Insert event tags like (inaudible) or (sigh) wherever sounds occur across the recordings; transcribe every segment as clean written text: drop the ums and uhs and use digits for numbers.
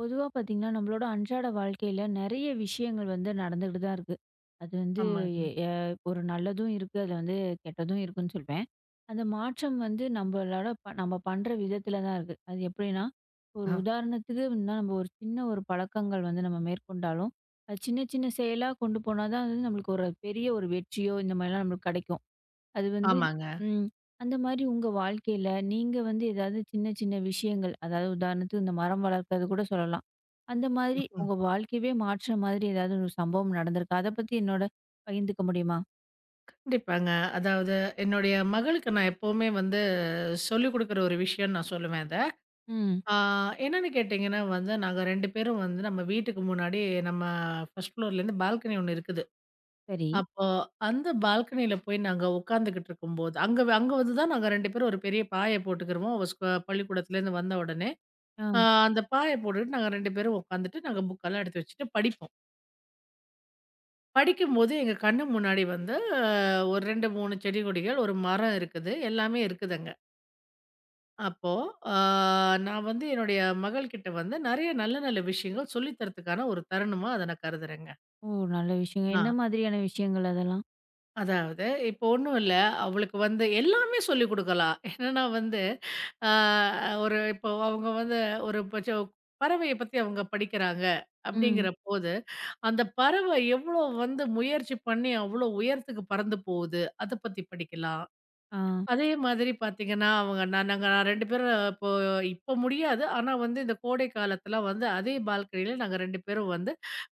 பொதுவா பார்த்தீங்கன்னா, நம்மளோட அன்றாட வாழ்க்கையில நெறைய விஷயங்கள் வந்து நடந்துகிட்டு தான் இருக்கு. அது வந்து ஆமாங்க. எ எ ஒரு நல்லதும் இருக்கு. அதுல வந்து கெட்டதும் இருக்குன்னு சொல்வேன். அந்த மாற்றம் வந்து நம்மளோட நம்ம பண்ற விதத்தில தான் இருக்கு. அது எப்படின்னா, ஒரு அ, உதாரணத்துக்கு முன்னா நம்ம ஒரு சின்ன ஒரு பழக்கங்கள் வந்து நம்ம மேற்கொண்டாலும், அது சின்ன சின்ன செயலா கொண்டு போனா தான் வந்து நம்மளுக்கு ஒரு பெரிய ஒரு வெற்றியோ இந்த மாரிலாம் நம்மளுக்கு கெடைக்கும். அது வந்து ஆமாங்க. ம். அந்த மாரி உங்க வாழ்க்கையில நீங்க வந்து ஏதாவது சின்ன சின்ன விஷயங்கள், அதாவது உதாரணத்துக்கு இந்த மரம் வளர்க்கறது கூட சொல்லலாம். அந்த மாதிரி ம். உங்க வாழ்க்கையவே மாற்றுற மாதிரி ஏதாவது ஒரு சம்பவம் நடந்திருக்கா? அத பத்தி என்னோட பகிர்ந்துக்க முடியுமா? கண்டிப்பாங்க. அதாவது என்னுடைய மகளுக்கு நான் எப்பவுமே வந்து சொல்லிக் குடுக்குற ஒரு விஷயம்ன்னு நான் சொல்லுவேன் அத. ம். ஆ என்னன்னு கேட்டீங்கன்னா வந்து, நாங்க 2 பேரும் வந்து நம்ம வீட்டுக்கு முன்னாடி நம்ம ஃபர்ஸ்ட் ஃப்ளோர்லேருந்து பால்கனி ஒண்ணு இருக்குது. சரி. அப்போ அந்த பால்கனியில போய் நாங்க உட்காந்துக்கிட்டு இருக்கும்போது, அங்க அங்க வந்து தான் நாங்க 2 பேரும் ஒரு பெரிய பாய போட்டுக்கிருவோம். அவ பள்ளிக்கூடத்துலேருந்து வந்த உடனே. ஆ. அ அந்த பாய போட்டுட்டு நாங்க 2 பேரும் உட்காந்துட்டு நாங்க புக்கெல்லாம் எடுத்து வச்சுட்டு படிப்போம். படிக்கும்போது எங்க கண்ணு முன்னாடி வந்து ஒரு 2, 3 செடி கொடிகள், ஒரு மரம் இருக்குது. எல்லாமே இருக்குதுங்க. அப்போ அ நான் வந்து என்னுடைய மகள்கிட்ட வந்து நெறைய நல்ல நல்ல விஷயங்கள் சொல்லி தரதுக்கான ஒரு தருணமா அத நான் கருதுறேங்க. ஓ! நல்ல விஷயங்க. ஆ என்ன மாதிரியான விஷயங்கள் அதெல்லாம்? அதாவது இப்போ ஒண்ணும் இல்ல. அவளுக்கு வந்து எல்லாமே சொல்லிக் குடுக்கலாம். என்னன்னா வந்து அ ஒரு இப்போ அவங்க வந்து ஒரு பச்ச பறவைய பத்தி அவங்க படிக்கிறாங்க, ம். அப்படிங்கிறபோது அந்த பறவை எவ்வளோ வந்து முயற்சி பண்ணி அவ்வளோ உயரத்துக்கு பறந்து போகுது. அத பத்தி படிக்கலாம். ஆ. அதே மாதிரி பார்த்தீங்கன்னா, அவங்க நான் நாங்க 2 பேரும் இப்போ இப்ப முடியாது. ஆனா வந்து இந்த கோடை காலத்துல வந்து அதே பால்கனியில நாங்க 2 பேரும் வந்து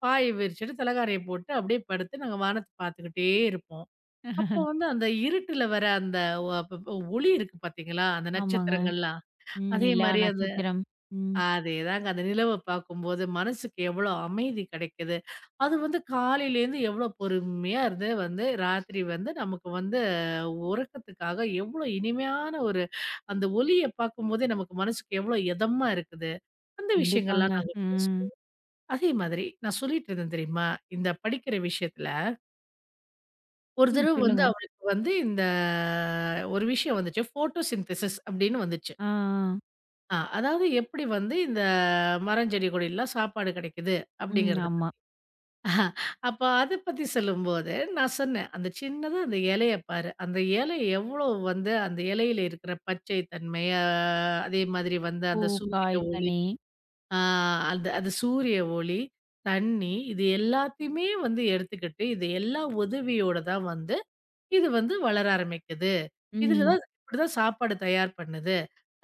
பாய விரிச்சுட்டு, தலகாணிய போட்டு அப்படியே படுத்து நாங்க வானத்த பார்த்துக்கிட்டே இருப்போம். அப்போ வந்து அந்த இருட்டுல வர அந்த ஒ ப ஒளி இருக்கு பார்த்தீங்களா? அந்த ஆமாங்க. நட்சத்திரங்கள்லாம். ம். அதே நிலா, மாரி நட்சத்திரம். ம். அதேதாங்க. அந்த நிலவ பார்க்கும்போது மனசுக்கு எவ்வளோ அமைதி கிடைக்குது. அது வந்து காலையிலேருந்து எவ்வளோ பொறுமையா இருந்து வந்து ராத்திரி வந்து நமக்கு வந்து உறக்கத்துக்காக எவ்வளோ இனிமையான ஒரு அந்த ஒலிய பார்க்கும்போதே நமக்கு மனசுக்கு எவ்வளோ எதமா இருக்குது. அந்த கண்டிப்பாங்க. விஷயங்கள்லாம் நாங்க ம். பேசுவோம். அதே மாதிரி நான் சொல்லிட்டு இருந்தேன் தெரியுமா? இந்த படிக்கிற விஷயத்துல, ஒரு ம். தடவ வந்து சொல்லுங்க. அவளுக்கு வந்து இந்த ஒரு விஷயம் வந்துச்சு. ஃபோட்டோ சிந்தசிஸ் அப்படின்னு வந்துச்சு. ஆ, ஆ. அதாவது எப்படி வந்து இந்த மரம், செடி, கொடில்லாம் சாப்பாடு கிடைக்குது ம். அப்படிங்கிறது. ஆமா. ஆஹ், அப்ப அத பத்தி சொல்லும்போது நான் சொன்னேன், "அந்த சின்னதா அந்த இலைய பாரு. அந்த இலை எவ்வளோ வந்து அந்த இலையில இருக்கிற பச்சை தன்மை, அதே மாதிரி வந்து பூ, அந்த சூரிய காய், ஒளி, கனி. ஆ அந்த அது சூரிய ஒளி, தண்ணி இது எல்லாத்தையுமே வந்து எடுத்துக்கிட்டு, இது எல்லா உதவியோட தான் வந்து இது வந்து வளர ஆரம்பிக்குது." இதுல ம். தான் இப்படிதான் சாப்பாடு தயார் பண்ணுது.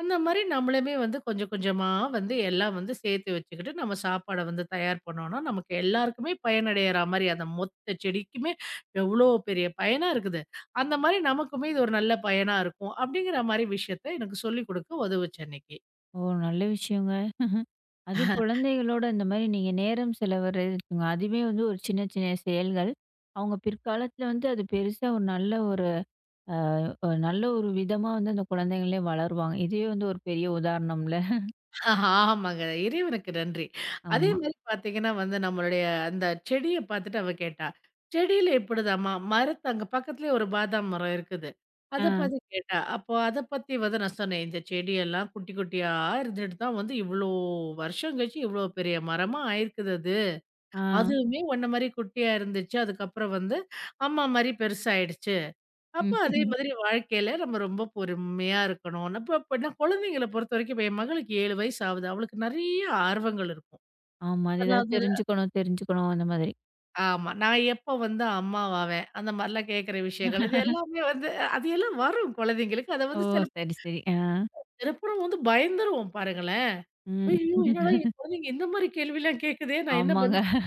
அந்த மாரி நம்மளுமே வந்து கொஞ்சம் கொஞ்சமா வந்து எல்லாம் வந்து சேர்த்து வச்சுக்கிட்டு, நம்ம சாப்பாட வந்து தயார் பண்ணோம்னா, நமக்கு எல்லாருக்குமே பயனடையறா மாரி அந்த மொத்த செடிக்குமே எவ்வளோ பெரிய பயனா இருக்குது. அந்த மாரி நமக்குமே இது ஒரு நல்ல பயனா இருக்கும். அப்படிங்கிற மாரி விஷயத்த எனக்கு சொல்லிக் குடுக்க உதவுச்சு அன்னைக்கு. ஓ! நல்ல விஷயங்க. அதுவும் குழந்தைகளோட இந்த மாரி நீங்க நேரம் செலவழிங்க. அதுவே வந்து ஒரு சின்ன சின்ன செயல்கள். அவங்க பிற்காலத்துல வந்து அது பெருசா ஒரு நல்ல ஒரு அ நல்ல ஒரு விதமா வந்து அந்த குழந்தைங்களே வளருவாங்க. இதுவே வந்து ஒரு பெரிய உதாரணம்ல. ஆஹா, ஆமாங்க. இறைவனுக்கு நன்றி. அதே ஆமா. மாரி பார்த்தீங்கன்னா வந்து நம்மளுடைய அந்த செடிய பார்த்துட்டு அவ கேட்டா, "செடியில இப்படிதாம்மா, அங்க பக்கத்துலயே ஒரு பாதாம் மரம் இருக்குது." ஆ, அத பத்தி கேட்டா. அப்போ அத பத்தி வந்து நான் சொன்னேன், "இந்த செடியெல்லாம் குட்டி குட்டியா இருந்துட்டு தான் வந்து இவ்ளோ வருஷம் கழிச்சு இவ்ளோ பெரிய மரமா ஆயிருக்குது அது. ஆ. அதுவுமே உன்ன மாரி குட்டியா இருந்துச்சு. அதுக்கப்புறம் வந்து அம்மா மாரி பெருசாயிடுச்சு." அப்ப அதே ம். மாதிரி வாழ்க்கையில நம்ம ரொம்ப பொறுமையா இருக்கணும். அப்பன்னா குழந்தைங்கள பொறுத்தவரைக்கும் இப்ப என் மகளுக்கு 7 வயசு ஆகுது. அவளுக்கு நெறைய ஆர்வங்கள் இருக்கும். ஆமா. அது ஏதாவது அதாவது தெரிஞ்சுக்கணும், தெரிஞ்சுக்கணும் அந்த மாதிரி. ஆமா. நான் எப்ப வந்து அம்மாவாவேன்? அந்த மாரிலாம் கேட்கிற விஷயங்கள். இது எல்லாமே வந்து அது எல்லாம் வரும் குழந்தைங்களுக்கு. அத ஓ! வந்து சிலப்போ சரி, சரி. ஆ. சிலப்போ நம்ம வந்து பயந்துருவோம் பாருங்களேன். ம். ஐயோ! என்னடா என் குழந்தைங்க இந்த மாரி கேள்விலாம் கேட்குதே! நான் என்ன ஆமாங்க. பதில் சொல்ல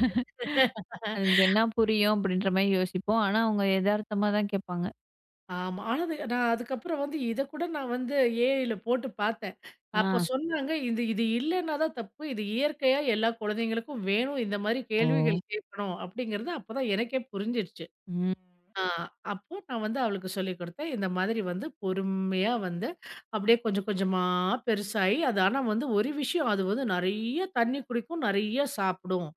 அதுங்களுக்கு என்ன புரியும்? அப்படின்ற மாரி யோசிப்போம். ஆனா அவங்க எதார்த்தமா தான் கேட்பாங்க. ஆமா. ஆனா, அது நான் அதுக்கப்புறம் வந்து இத கூட நான் வந்து ஏஐல போட்டு பார்த்தேன். ஆ. அப்ப சொன்னாங்க, "இது இது இல்லன்னா தான் தப்பு. இது இயற்கையா எல்லா குழந்தைங்களுக்கும் வேணும். இந்த மாரி ஓ! கேள்விகள் கேட்கணும்." அப்படிங்கிறது அப்பதான் எனக்கே புரிஞ்சிருச்சு. ம். ஆ அப்போ நான் வந்து அவளுக்கு சொல்லிக் குடுத்தேன். இந்த மாதிரி வந்து பொறுமையா வந்து அப்படியே கொஞ்சம் கொஞ்சமா பெருசாயி, அது ஆனா வந்து ஒரு விஷயம் அது வந்து நெறைய தண்ணி குடிக்கும், நெறைய சாப்பிடும்.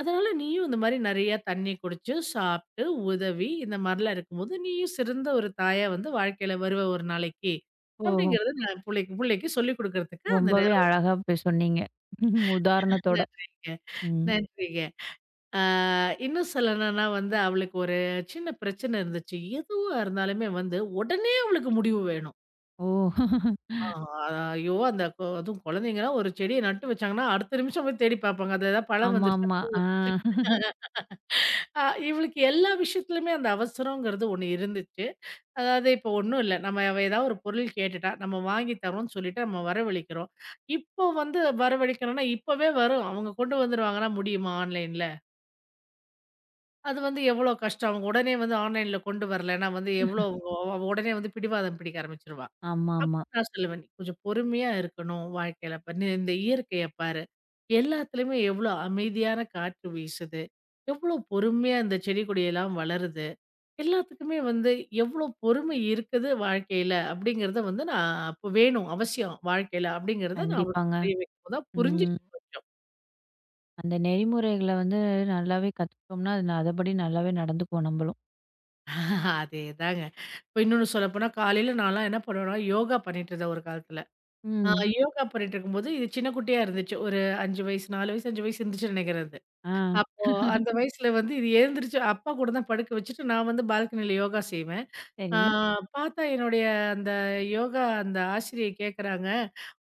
அதனால நீயும் இந்த மாரி நெறையா தண்ணி குடிச்சு, சாப்பிட்டு, உதவி இந்த மாரிலாம் இருக்கும்போது, நீயும் சிறந்த ஒரு தாயா வந்து வாழ்க்கையில வருவ ஒரு நாளைக்கு. ஓ! அப்படிங்கிறத நான் புள்ளைக்கு புள்ளைக்கு சொல்லிக் குடுக்கறதுக்கு அந்த ரொம்பவே நேரம் அழகா போய் சொன்னீங்க. (laughs) உதாரணத்தோட. நன்றிங்க. ம். நன்றிங்க. ஆ, இன்னும் சொல்லணும்னா வந்து அவளுக்கு ஒரு சின்ன பிரச்சனை இருந்துச்சு. எதுவா இருந்தாலுமே வந்து உடனே அவளுக்கு முடிவு வேணும். ஓ! ஆ ஐயோ! அந்த கொ அதுவும் குழந்தைங்கன்னா ஒரு செடிய நட்டு வச்சாங்கன்னா, அடுத்த நிமிஷம் போய் தேடி பார்ப்பாங்க. அது ஏதாவது பழம் வந்துருச்சா? ஆமாமா. ஆ. ஆ இவளுக்கு எல்லா விஷயத்துலயுமே அந்த அவசரங்கிறது ஒண்ணு இருந்துச்சு. அதாவது இப்போ ஒண்ணும் இல்ல. நம்ம அவ ஏதாவது ஒரு பொருள் கேட்டுட்டா, நம்ம வாங்கி தரோம்ன்னு சொல்லிட்டு நம்ம வரவழைக்கிறோம். இப்போ வந்து வரவழைக்கிறோம்னா, இப்பவே வரும். அவங்க கொண்டு வந்துருவாங்கன்னா முடியுமா ஆன்லைன்ல? அது வந்து எவ்வளோ கஷ்டம். அவங்க உடனே வந்து ஆன்லைன்ல கொண்டு வரலன்னா வந்து எவ்வளோ ம். அவ உடனே வந்து பிடிவாதம் பிடிக்க ஆரம்பிச்சுருவா. ஆமாமா. அப்போ நான் சொல்லுவேன், "நீ கொஞ்சம் பொறுமையா இருக்கணும் வாழ்க்கையில. இப்ப நீ இந்த இயற்கைய பாரு. எல்லாத்துலயுமே எவ்வளோ அமைதியான காற்று வீசுது. எவ்வளோ பொறுமையா இந்த செடி கொடியெல்லாம் வளருது. எல்லாத்துக்குமே வந்து எவ்வளோ பொறுமை இருக்குது வாழ்க்கையில." அப்படிங்கிறத வந்து நான் அப்ப வேணும் அவசியம் வாழ்க்கையில அப்படிங்கிறத நான் அவளுக்கு கண்டிப்பாங்க. புரிய வைக்கும்போது தான் ம். புரிஞ்சுச்சு கொஞ்சம். அந்த நெறிமுறைகள வந்து நல்லாவே கத்துக்கிட்டோம்னா, அதபடி நல்லாவே நடந்துக்குவோம் நம்பளும். அதேதாங்க. இப்ப இன்னொன்னு சொல்லப்போனா, காலையில நான்லாம் என்ன பண்ணுவேன்னா, யோகா பண்ணிட்டு இருந்தேன் ஒரு காலத்துல. ஆ ம். யோகா பண்ணிட்டு இருக்கும்போது, இது சின்ன குட்டியா இருந்துச்சு. ஒரு 5 வயசு, 4 வயசு, 5 வயசு இருந்துச்சுன்னு நெனைக்கிறேன் அது. ஆ அப்போ அந்த வயசுல வந்து இது எழுந்திரிச்சு அப்பா கூட தான் படுக்க வச்சுட்டு, நான் வந்து பால்கனியில யோகா செய்வேன். ஆ சரி. பாத்தா என்னுடைய அந்த யோகா அந்த ஆசிரியை கேட்கறாங்க,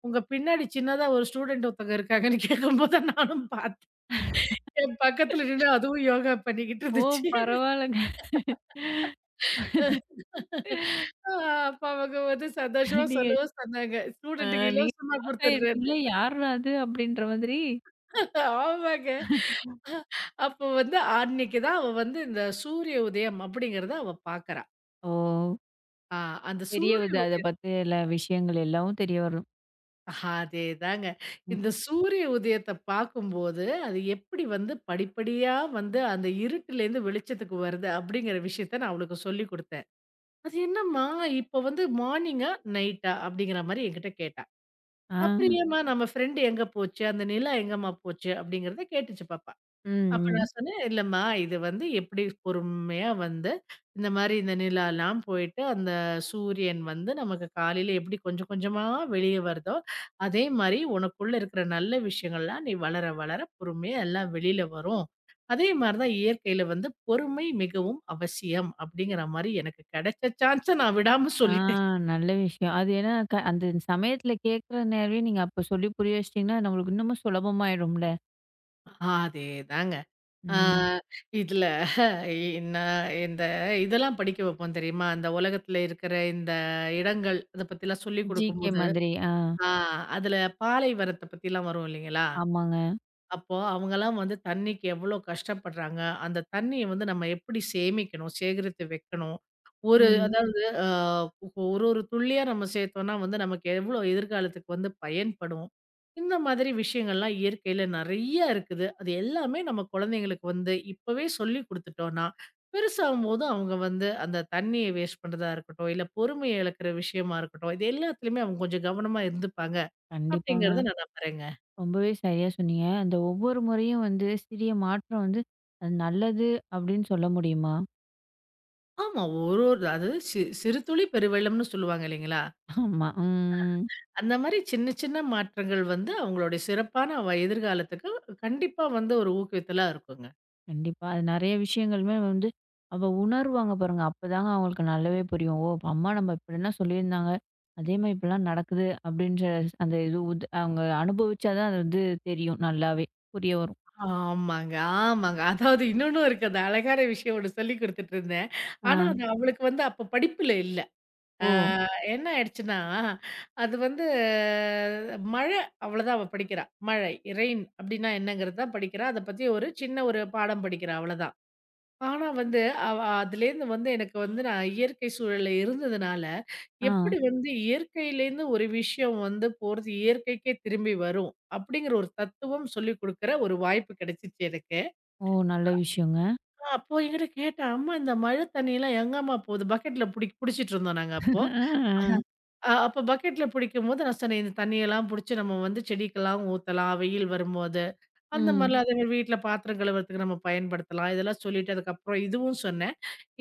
"உங்க பின்னாடி சின்னதா ஒரு ஸ்டூடண்ட் ஒருத்தங்க இருக்காங்கன்னு" கேட்கும்போது, நானும் பாத்தேன். என் பக்கத்துல நின்னு அதுவும் யோகா பண்ணிக்கிட்டு ஓ! இருந்துச்சு. பரவால்லங்க. ஆ அப்ப அவங்க வந்து சந்தோஷமா நீங்க சொல்லவும் சொன்னாங்க. அ ஸ்டூடெண்ட்டுக்கு நீங்க இலவசமா ஷாக் குடுத்துடுறேன்னு. ஆயிருப்பீங்களே யார்ரா அது? அப்டின்ற மாதிரி. ஆமாங்க. அப்போ வந்து அன்னைக்கு தான் அவ வந்து இந்த சூரிய உதயம் அப்படிங்கிறத அவ பார்க்குறா. ஓ! ஆ அந்த தெரிய சூரிய வருது. அத உதயம் பத்தி எல்லா விஷயங்கள் எல்லாவும் தெரிய வரும். அதேதாங்க. ம். இந்த சூரிய உதயத்த பார்க்கும்போது, அது எப்படி வந்து படிப்படியா வந்து அந்த இருட்டுலேருந்து வெளிச்சத்துக்கு வருது அப்படிங்கிற விஷயத்த நான் அவளுக்கு சொல்லிக் குடுத்தேன். அது என்னம்மா இப்போ வந்து மார்னிங்கா, நைட்டா அப்படிங்கிற மாரி என்கிட்ட கேட்டா. ஆ. அப்புறம் ம். ஏம்மா நம்ம ஃப்ரெண்டு எங்க போச்சு? அந்த நிலா எங்கம்மா போச்சு? அப்படிங்கிறத கேட்டுச்சு பாப்பா. அப்ப ம். நான் சொன்னேன், "இல்லம்மா, இது வந்து எப்படி பொறுமையா வந்து இந்த மாரி இந்த நிலாலாம் போயிட்டு, அந்த சூரியன் வந்து நமக்கு காலையில எப்படி கொஞ்சம் கொஞ்சமா வெளிய வருதோ, அதே மாரி உனக்குள்ள இருக்கிற நல்ல விஷயங்கள்லாம் நீ வளர வளர பொறுமையா எல்லாம் வெளியில வரும். அதே மாரி தான் இயற்கையில வந்து பொறுமை மிகவும் அவசியம்." அப்படிங்கிற மாரி எனக்கு கிடைச்ச சான்ஸ நான் விடாம ஆ சொல்லிட்டேன். நல்ல விஷயம். அது ஏன்னா அந்த சமயத்துல கேட்குற நேரவே நீங்க அப்ப சொல்லி புரிய வச்சுட்டீங்கன்னா, நம்மளுக்கு இன்னமும் சுலபமாயிடும்ல. அதேதாங்க. ஆ ம். இதுல ஐ நான் இந்த இதெல்லாம் படிக்க வைப்போம் தெரியுமா? அந்த உலகத்துல இருக்கிற இந்த இடங்கள், அத பத்திலாம் சொல்லிக் ம். GK குடுக்கும்போது, மாதிரி. ஆ ஆ அதுல பாலைவனத்த பத்திலாம் வரும் இல்லைங்களா? ஆமாங்க. அப்போ அவங்கலாம் வந்து தண்ணிக்கு எவ்வளோ கஷ்டப்படுறாங்க. அந்த தண்ணிய வந்து நம்ம எப்படி சேமிக்கணும், சேகரித்து வைக்கணும். ஒரு ம். அதாவது அ ஒரு ஒரு துள்ளியா நம்ம சேர்த்தோம்னா வந்து நமக்கு எவ்வளோ எதிர்காலத்துக்கு வந்து பயன்படும். இந்த மாதிரி விஷயங்கள்லாம் இயற்கையில நெறைய இருக்குது. அது எல்லாமே நம்ம குழந்தைங்களுக்கு வந்து இப்பவே சொல்லிக் குடுத்துட்டோம்னா, பெருசாகும்போது அவங்க வந்து அந்த தண்ணிய வேஸ்ட் பண்றதா இருக்கட்டும், இல்ல பொறுமைய இழக்கிற விஷயமா இருக்கட்டும், இது எல்லாத்துலயுமே அவங்க கொஞ்சம் கவனமா இருந்துப்பாங்க, கண்டிப்பாங்க. அப்படிங்கிறத நான் நம்புறேங்க. ரொம்பவே சரியா சொன்னீங்க. அந்த ஒவ்வொரு முறையும் வந்து சிறிய மாற்றம் வந்து அது நல்லது அப்படின்னு சொல்ல முடியுமா? ஆமா. ஒரு ஒரு அதாவது சி சிறு துளி பெருவெள்ளம்னு சொல்லுவாங்க இல்லைங்களா? ஆமா. ம். அந்த மாரி சின்ன சின்ன மாற்றங்கள் வந்து அவங்களுடைய சிறப்பான வ எதிர்காலத்துக்கு கண்டிப்பா வந்து ஒரு ஊக்குவித்தலா இருக்குங்க. கண்டிப்பா. அது நெறைய விஷயங்களுமே வந்து அவ உணர்வாங்க பாருங்க. அப்பதாங்க அவங்களுக்கு நல்லாவே புரியும். ஓ! அப்ப அம்மா நம்ம இப்படிலாம் சொல்லியிருந்தாங்க. அதே மாரி இப்படிலாம் நடக்குது அப்படின்ற அந்த இது அவங்க அனுபவிச்சா தான் அது வந்து தெரியும் நல்லாவே. புரிய வரும். ஆமாங்க, ஆமாங்க. அதாவது இன்னொன்னும் இருக்கு. அந்த அழகான விஷயம் ஒண்ணு சொல்லிக் குடுத்துட்டுருந்தேன். ஆனா, ஆ. அது அவளுக்கு வந்து அப்ப படிப்புல இல்ல. ஆ ஓ! என்ன ஆயிடுச்சுன்னா, அது வந்து மழை அவ்வளோதான் அவ படிக்கிறா. மழை, ரெயின் அப்டின்னா என்னங்கிறது தான் படிக்கிறா. அத பத்தி ஒரு சின்ன ஒரு பாடம் படிக்கிறா அவ்வளதான். ஆனா வந்து, அவ அதுலேருந்து வந்து எனக்கு வந்து நான் இயற்கை சூழல்ல இருந்ததுனால, ஆ. எப்படி வந்து இயற்கையிலேருந்து ஒரு விஷயம் வந்து போறது, இயற்கைக்கே திரும்பி வரும். அப்படிங்கிற ஒரு தத்துவம் சொல்லிக் குடுக்குற ஒரு வாய்ப்பு கிடைச்சிச்சு எனக்கு. ஓ! நல்ல விஷயங்க. அப்போ என்கிட்ட கேட்டா, "அம்மா இந்த மழை தண்ணியெல்லாம் எங்கம்மா போகுது?" பக்கெட்ல புடிச்சிட்டு இருந்தோம் நாங்க அப்போ. ஆஹ. ஆ. அ அப்போ பக்கெட்ல புடிக்கும்போது நான் சொன்னேன், "இந்த தண்ணியெல்லாம் புடிச்சு நம்ம வந்து செடிக்கெல்லாம் ஊத்தலாம், வெயில் வரும்போது. அந்த ம். ம். மாரிலாம் அதேமாரி வீட்ல பாத்திரம் கழுவுறதுக்கு நம்ம பயன்படுத்தலாம்." இதெல்லாம் சொல்லிட்டு, அதுக்கப்புறம் இதுவும் சொன்னேன்.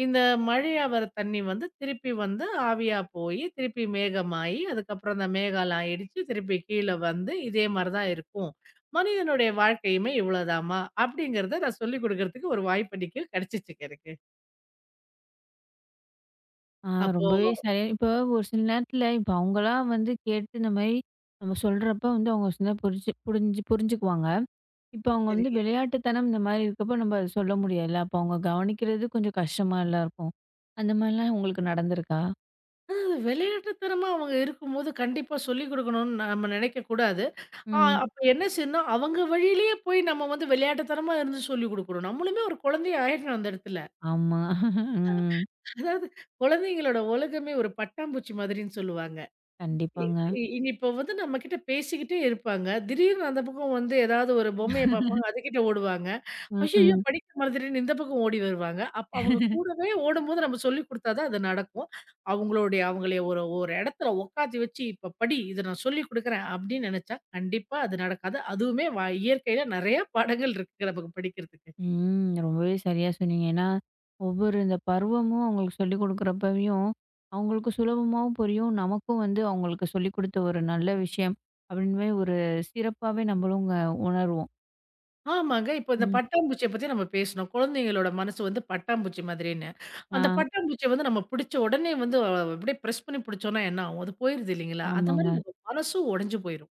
இந்த மழையா வர தண்ணி வந்து திருப்பி வந்து ஆவியா போய், திருப்பி மேகமாயி, அதுக்கப்புறம் அந்த மேகலாம் இடிச்சு, திருப்பி கீழ வந்து இதே மாரி தான் இருக்கும். மனிதனுடைய வாழ்க்கையுமே இவ்வளோதாம்மா! அப்படிங்கிறத நான் சொல்லிக் குடுக்கறதுக்கு ஒரு வாய்ப்பு இன்னைக்கு கிடைச்சிச்சுங்க எனக்கு. ஆ அப்போ ரொம்பவே சரியா இப்போ ஒரு சில நேரத்துல இப்ப அவங்களா வந்து கேட்டு இந்த மாரி நம்ம சொல்றப்ப வந்து அவங்க சில புரிஞ்சு புரிஞ்சு புரிஞ்சுக்குவாங்க. இப்ப அவங்க வந்து சரிங்க. விளையாட்டுத்தனம் இந்த மாரி இருக்கப்ப நம்ம அத சொல்ல முடியாதுல்ல. அப்ப அவங்க கவனிக்கிறது கொஞ்சம் கஷ்டமால்ல இருக்கும். அந்த மாரிலாம் உங்களுக்கு நடந்திருக்கா? அ விளையாட்டுத்தனமா அவங்க இருக்கும்போது கண்டிப்பா சொல்லிக் குடுக்கணும்னு நம்ம நினைக்கக்கூடாது. ஆ ம். அப்ப என்ன செய்யணும், அவங்க வழியிலேயே போய் நம்ம வந்து விளையாட்டுத்தனமா இருந்து சொல்லிக் குடுக்கணும். நம்மளுமே ஒரு குழந்தையா ஆயிடணும் அந்த இடத்துல. ஆமா. ம். அதாவது குழந்தைங்களோட உலகமே ஒரு பட்டாம்பூச்சி மாதிரின்னு சொல்லுவாங்க. இ கண்டிப்பாங்க. இ இனி இப்போ வந்து நம்மகிட்ட பேசிக்கிட்டே இருப்பாங்க. திடீர்னு அந்த பக்கம் வந்து ஏதாவது ஒரு பொம்மைய பார்ப்பாங்க, அதுகிட்ட ஓடுவாங்க. ம், ஐய்யய்யோ! ம். படிக்க மறந்துட்டேன்னு இந்த பக்கம் ஓடி வருவாங்க. அப்ப அவங்க கூடவே ஓடும்போது நம்ம சொல்லிக் குடுத்தா தான் அது நடக்கும். அவங்கள ஒரு ஒரு இடத்துல உட்காத்தி வச்சு, "இப்ப படி, இத நான் சொல்லிக் குடுக்குறேன்" அப்படின்னு நெனச்சா, கண்டிப்பா அது நடக்காது. அதுவுமே இயற்கையில நெறைய பாடங்கள் இருக்கு நமக்கு படிக்கிறதுக்கு. ம். ரொம்பவே சரியா சொன்னீங்க. ஏன்னா, ஒவ்வொரு இந்த பருவமும் அவங்களுக்கு சொல்லிக் குடுக்குறப்பயும், அவங்களுக்கு சுலபமாவும் புரியும். நமக்கும் வந்து அவங்களுக்கு சொல்லிக் குடுத்த ஒரு நல்ல விஷயம் அப்படின்னு ஒரு சிறப்பாவே நம்மளும் உங்க உணர்வோம். ஆமாங்க. இப்ப இந்த ம். பட்டாம்பூச்சிய பத்தி நம்ம பேசினோம். குழந்தைங்களோட மனசு வந்து பட்டாம்பூச்சி மாதிரின்னு. அந்த ஆ. பட்டாம்பூச்சிய வந்து நம்ம பிடிச்ச உடனே வந்து அப்படியே பிரஸ் பண்ணி பிடிச்சோம்னா என்ன ஆகும்? அது போயிருது இல்லைங்களா? அந்த மாரி ஆமாங்க. உங்க மனசும் உடைஞ்சு போயிரும்.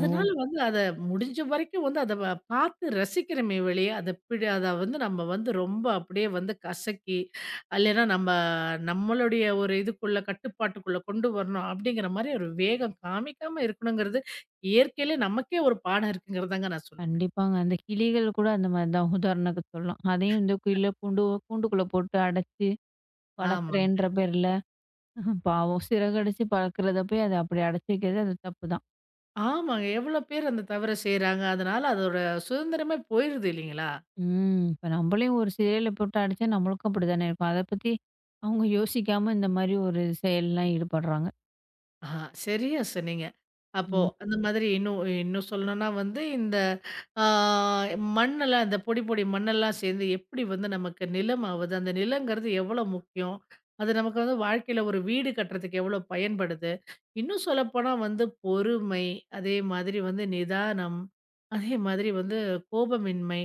ஓ! வந்து முடிஞ்ச வரைக்கும் வந்து அத வ பார்த்து ரசிக்கிறோமே வெளிய, அத வந்து நம்ம வந்து ரொம்ப அப்படியே வந்து கசக்கி, இல்லைன்னா நம்மளுடைய ஒரு இதுக்குள்ள கட்டுப்பாட்டுக்குள்ள கொண்டு வரணும் அப்படிங்கிற மாரி ஒரு வேகம் காமிக்காம இருக்கணுங்கிறது, இயற்கையிலே நமக்கே ஒரு பாடம் இருக்குங்கிறதாங்க நான் சொல்லுவேன். கண்டிப்பாங்க. அந்த கிளிகள் கூட அந்த மாரி தான் உதாரணத்துக்கு சொல்லலாம். அதையும் வந்து கூண்டு கூண்டுக்குள்ள போட்டு அடைச்சு ஆமாங்க. வளர்க்குறேன்ற பேர்ல பாவம் சிறகடிச்சு பறக்கிறத போய் அத அப்படி அடைச்சு வைக்கிறது அது தப்பு தான். ஆமாங்க. எவ்வளோ பேர் அந்த தவற செய்றாங்க. அதனால அதோட சுதந்திரமே போயிருது இல்லைங்களா? ம். இப்ப நம்மளையும் ஒரு சிறையில போட்டு அடைச்சா நம்மளுக்கும் அப்படித்தானே இருக்கும். அத பத்தி அவங்க யோசிக்காம இந்த மாரி ஒரு செயல்லாம் ஈடுபடுறாங்க. ஆஹா, சரியா சொன்னீங்க. அப்போ ம். அந்த மாதிரி இன்னும் இன்னும் சொல்லணும்னா வந்து இந்த ஆ மண்ணெல்லாம் இந்த பொடி, பொடி மண்ணெல்லாம் சேர்ந்து எப்படி வந்து நமக்கு நிலம் ஆவுது? அந்த நிலங்கிறது எவ்வளோ முக்கியம்? அது நமக்கு வந்து வாழ்க்கையில ஒரு வீடு கட்டுறதுக்கு எவ்வளோ பயன்படுது? இன்னும் சொல்லப்போனா வந்து பொறுமை, அதே மாதிரி வந்து நிதானம், அதே மாதிரி வந்து கோபமின்மை,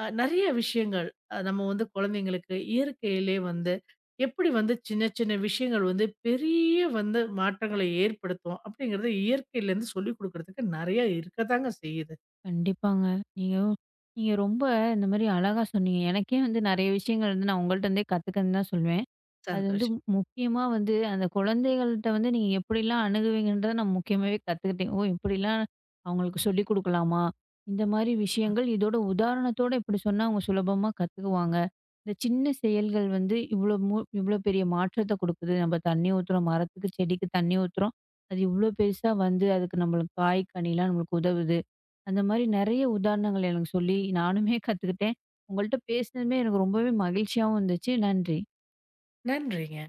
நெறைய விஷயங்கள். நம்ம வந்து குழந்தைங்களுக்கு இயற்கையிலே வந்து எப்படி வந்து சின்ன சின்ன விஷயங்கள் வந்து பெரிய வந்து மாற்றங்களை ஏற்படுத்தும் அப்படிங்கிறது இயற்கையிலேருந்து சொல்லிக் கொடுக்கறதுக்கு நிறைய இருக்கத்தாங்க செய்யுது கண்டிப்பாங்க. நீங்க நீங்க ரொம்ப இந்த மாரி அழகா சொன்னீங்க. எனக்கே வந்து நெறைய விஷயங்கள் வந்து நான் உங்கள்ட்ட இருந்தே கத்துக்கன்னு தான் சொல்லுவேன். அது வந்து சந்தோஷம் முக்கியமா வந்து அந்த குழந்தைகள்ட்ட வந்து நீங்க எப்படிலாம் அணுகுவீங்கன்றத நான் முக்கியமாவே கத்துக்கிட்டேன். ஓ! இப்படிலாம் அவங்களுக்கு சொல்லிக் குடுக்கலாமா? இந்த மாரி விஷயங்கள் இதோட உதாரணத்தோட இப்படி சொன்னா அவங்க சுலபமா கத்துக்குவாங்க. இந்த சின்ன செயல்கள் வந்து இவ்ளோ இவ்ளோ பெரிய மாற்றத்த குடுக்குது. நம்ம தண்ணி ஊத்துறோம், மரத்துக்கு, செடிக்கு தண்ணி ஊத்துறோம். அது இவ்ளோ பெருசா வந்து அதுக்கு நம்மளுக்கு காய், கனிலாம் நம்மளுக்கு உதவுது. அந்த மாரி நெறைய உதாரணங்கள் எனக்கு சொல்லி நானுமே கத்துக்கிட்டேன். உங்கள்ட்ட பேசினதுமே எனக்கு ரொம்பவே மகிழ்ச்சியாவும் இருந்துச்சு. நன்றி. நன்றிங்க